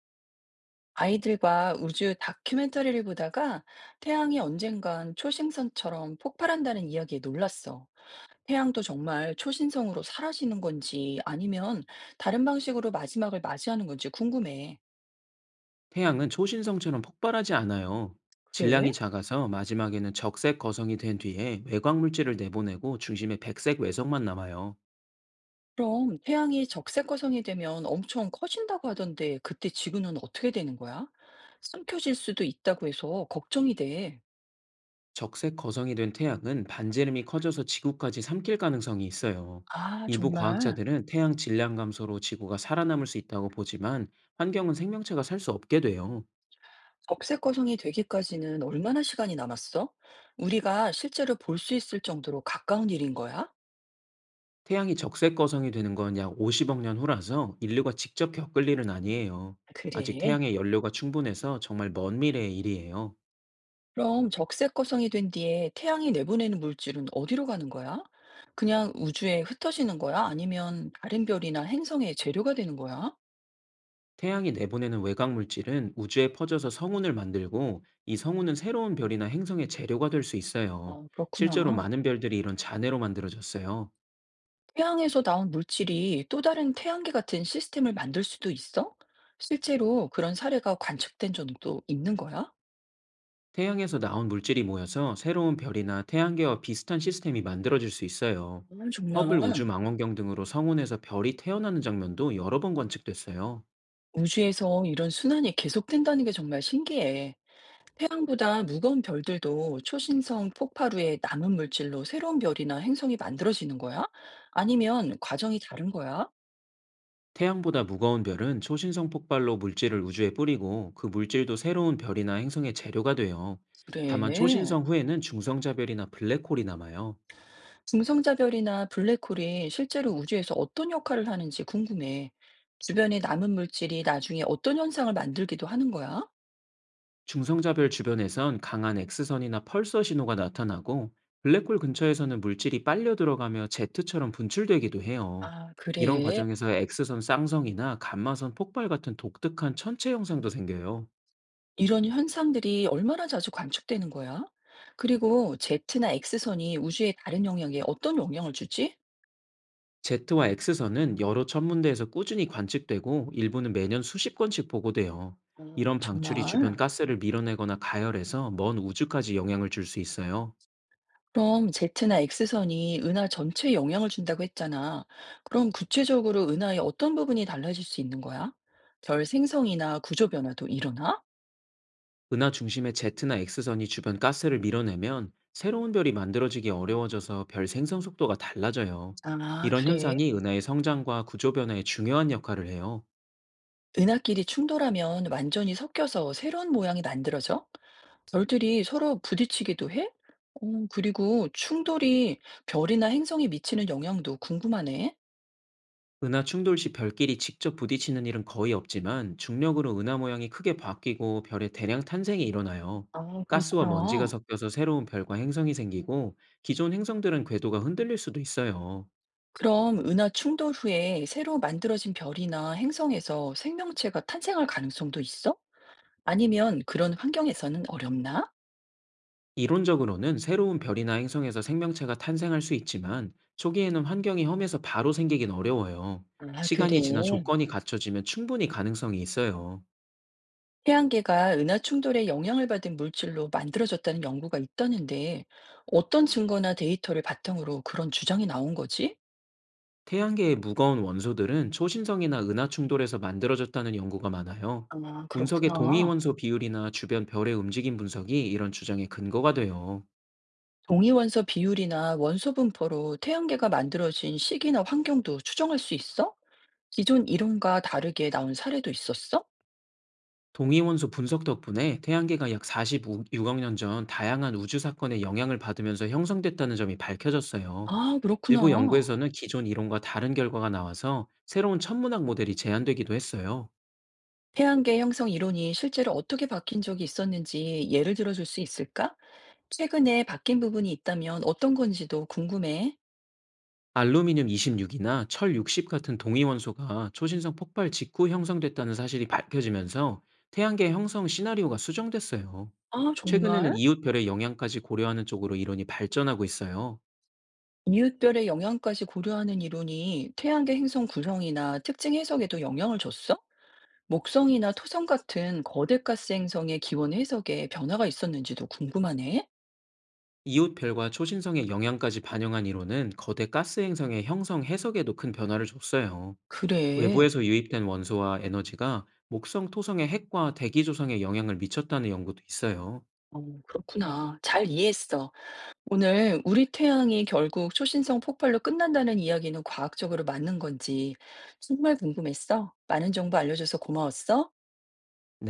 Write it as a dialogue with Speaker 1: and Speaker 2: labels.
Speaker 1: 아이들과 우주 다큐멘터리를 보다가 태양이 언젠간 초신성처럼 폭발한다는 이야기에 놀랐어. 태양도 정말 초신성으로 사라지는 건지 아니면 다른 방식으로 마지막을 맞이하는 건지 궁금해.
Speaker 2: 태양은 초신성처럼 폭발하지 않아요.
Speaker 1: 그래?
Speaker 2: 질량이 작아서 마지막에는 적색 거성이 된 뒤에 외곽 물질을 내보내고 중심에 백색 외성만 남아요.
Speaker 1: 그럼 태양이 적색거성이 되면 엄청 커진다고 하던데 그때 지구는 어떻게 되는 거야? 숨겨질 수도 있다고 해서 걱정이 돼.
Speaker 2: 적색 거성이 된 태양은 반지름이 커져서 지구까지 삼킬 가능성이 있어요.
Speaker 1: 아,
Speaker 2: 일부
Speaker 1: 정말?
Speaker 2: 과학자들은 태양 질량 감소로 지구가 살아남을 수 있다고 보지만, 환경은 생명체가 살 수 없게 돼요.
Speaker 1: 적색 거성이 되기까지는 얼마나 시간이 남았어? 우리가 실제로 볼 수 있을 정도로 가까운 일인 거야?
Speaker 2: 태양이 적색 거성이 되는 건 약 50억 년 후라서 인류가 직접 겪을 일은 아니에요. 아직
Speaker 1: 그래.
Speaker 2: 태양의 연료가 충분해서 정말 먼 미래의 일이에요.
Speaker 1: 그럼 적색 거성이 된 뒤에 태양이 내보내는 물질은 어디로 가는 거야? 그냥 우주에 흩어지는 거야? 아니면 다른 별이나 행성의 재료가 되는 거야?
Speaker 2: 태양이 내보내는 외곽 물질은 우주에 퍼져서 성운을 만들고, 이 성운은 새로운 별이나 행성의 재료가 될 수 있어요.
Speaker 1: 아,
Speaker 2: 실제로
Speaker 1: 그렇구나.
Speaker 2: 많은 별들이 이런 잔해로 만들어졌어요.
Speaker 1: 태양에서 나온 물질이 또 다른 태양계 같은 시스템을 만들 수도 있어? 실제로 그런 사례가 관측된 적도 있는 거야?
Speaker 2: 태양에서 나온 물질이 모여서 새로운 별이나 태양계와 비슷한 시스템이 만들어질 수 있어요.
Speaker 1: 아, 정말.
Speaker 2: 허블 우주 망원경 등으로 성운에서 별이 태어나는 장면도 여러 번 관측됐어요.
Speaker 1: 우주에서 이런 순환이 계속된다는 게 정말 신기해. 태양보다 무거운 별들도 초신성 폭발 후에 남은 물질로 새로운 별이나 행성이 만들어지는 거야? 아니면 과정이 다른 거야?
Speaker 2: 태양보다 무거운 별은 초신성 폭발로 물질을 우주에 뿌리고, 그 물질도 새로운 별이나 행성의 재료가 돼요.
Speaker 1: 그래.
Speaker 2: 다만 초신성 후에는 중성자별이나 블랙홀이 남아요.
Speaker 1: 중성자 별이나 블랙홀이 실제로 우주에서 어떤 역할을 하는지 궁금해. 주변에 남은 물질이 나중에 어떤 현상을 만들기도 하는 거야?
Speaker 2: 중성자별 주변에선 강한 X선이나 펄서 신호가 나타나고, 블랙홀 근처에서는 물질이 빨려 들어가며 제트처럼 분출되기도 해요.
Speaker 1: 아,
Speaker 2: 이런
Speaker 1: 그래.
Speaker 2: 과정에서 X선 쌍성이나 감마선 폭발 같은 독특한 천체 현상도 생겨요.
Speaker 1: 이런 현상들이 얼마나 자주 관측되는 거야? 그리고 Z나 X선이 우주의 다른 영역에 어떤 영향을 주지?
Speaker 2: Z와 X선은 여러 천문대에서 꾸준히 관측되고, 일부는 매년 수십 건씩 보고돼요.
Speaker 1: 아,
Speaker 2: 이런 방출이 주변
Speaker 1: 정말?
Speaker 2: 가스를 밀어내거나 가열해서 먼 우주까지 영향을 줄 수 있어요.
Speaker 1: 그럼 Z나 X선이 은하 전체에 영향을 준다고 했잖아. 그럼 구체적으로 은하의 어떤 부분이 달라질 수 있는 거야? 별 생성이나 구조 변화도 일어나?
Speaker 2: 은하 중심의 Z나 X선이 주변 가스를 밀어내면 새로운 별이 만들어지기 어려워져서 별 생성 속도가 달라져요.
Speaker 1: 아,
Speaker 2: 이런
Speaker 1: 그래.
Speaker 2: 현상이 은하의 성장과 구조 변화에 중요한 역할을 해요.
Speaker 1: 은하끼리 충돌하면 완전히 섞여서 새로운 모양이 만들어져? 별들이 서로 부딪히기도 해? 어, 그리고 충돌이 별이나 행성에 미치는 영향도 궁금하네.
Speaker 2: 은하 충돌 시 별끼리 직접 부딪히는 일은 거의 없지만, 중력으로 은하 모양이 크게 바뀌고 별의 대량 탄생이 일어나요.
Speaker 1: 아,
Speaker 2: 가스와 먼지가
Speaker 1: 그렇구나.
Speaker 2: 섞여서 새로운 별과 행성이 생기고, 기존 행성들은 궤도가 흔들릴 수도 있어요.
Speaker 1: 그럼 은하 충돌 후에 새로 만들어진 별이나 행성에서 생명체가 탄생할 가능성도 있어? 아니면 그런 환경에서는 어렵나?
Speaker 2: 이론적으로는 새로운 별이나 행성에서 생명체가 탄생할 수 있지만, 초기에는 환경이 험해서 바로 생기긴 어려워요.
Speaker 1: 아, 그래.
Speaker 2: 시간이 지나 조건이 갖춰지면 충분히 가능성이 있어요.
Speaker 1: 태양계가 은하 충돌에 영향을 받은 물질로 만들어졌다는 연구가 있다는데 어떤 증거나 데이터를 바탕으로 그런 주장이 나온 거지?
Speaker 2: 태양계의 무거운 원소들은 초신성이나 은하 충돌에서 만들어졌다는 연구가 많아요.
Speaker 1: 아,
Speaker 2: 운석의 동위
Speaker 1: 그렇구나.
Speaker 2: 원소 비율이나 주변 별의 움직임 분석이 이런 주장의 근거가 돼요.
Speaker 1: 동위원소 비율이나 원소 분포로 태양계가 만들어진 시기나 환경도 추정할 수 있어? 기존 이론과 다르게 나온 사례도 있었어?
Speaker 2: 동위 원소 분석 덕분에 태양계가 약 46억 년 전 다양한 우주 사건의 영향을 받으면서 형성됐다는 점이 밝혀졌어요.
Speaker 1: 아,
Speaker 2: 일부
Speaker 1: 그렇구나.
Speaker 2: 연구에서는 기존 이론과 다른 결과가 나와서 새로운 천문학 모델이 제안되기도 했어요.
Speaker 1: 태양계 형성 이론이 실제로 어떻게 바뀐 적이 있었는지 예를 들어줄 수 있을까? 최근에 바뀐 부분이 있다면 어떤 건지도 궁금해.
Speaker 2: 알루미늄 26이나 철 60 같은 동위원소가 초신성 폭발 직후 형성됐다는 사실이 밝혀지면서 태양계 형성 시나리오가 수정됐어요.
Speaker 1: 아,
Speaker 2: 최근에는
Speaker 1: 정말?
Speaker 2: 이웃별의 영향까지 고려하는 쪽으로 이론이 발전하고 있어요.
Speaker 1: 이웃별의 영향까지 고려하는 이론이 태양계 행성 구성이나 특징 해석에도 영향을 줬어? 목성이나 토성 같은 거대 가스 행성의 기원 해석에 변화가 있었는지도 궁금하네.
Speaker 2: 이웃별과 초신성의 영향까지 반영한 이론은 거대 가스 행성의 형성 해석에도 큰 변화를 줬어요.
Speaker 1: 그래.
Speaker 2: 외부에서 유입된 원소와 에너지가 목성 토성의 핵과 대기 조성에 영향을 미쳤다는 연구도 있어요. 네.
Speaker 1: 어, 그렇구나. 잘 이해했어. 오늘 우리 태양이 결국 초신성 폭발로 끝난다는 이야기는 과학적으로 맞는 건지 정말 궁금했어. 많은 정보 알려줘서 고마웠어.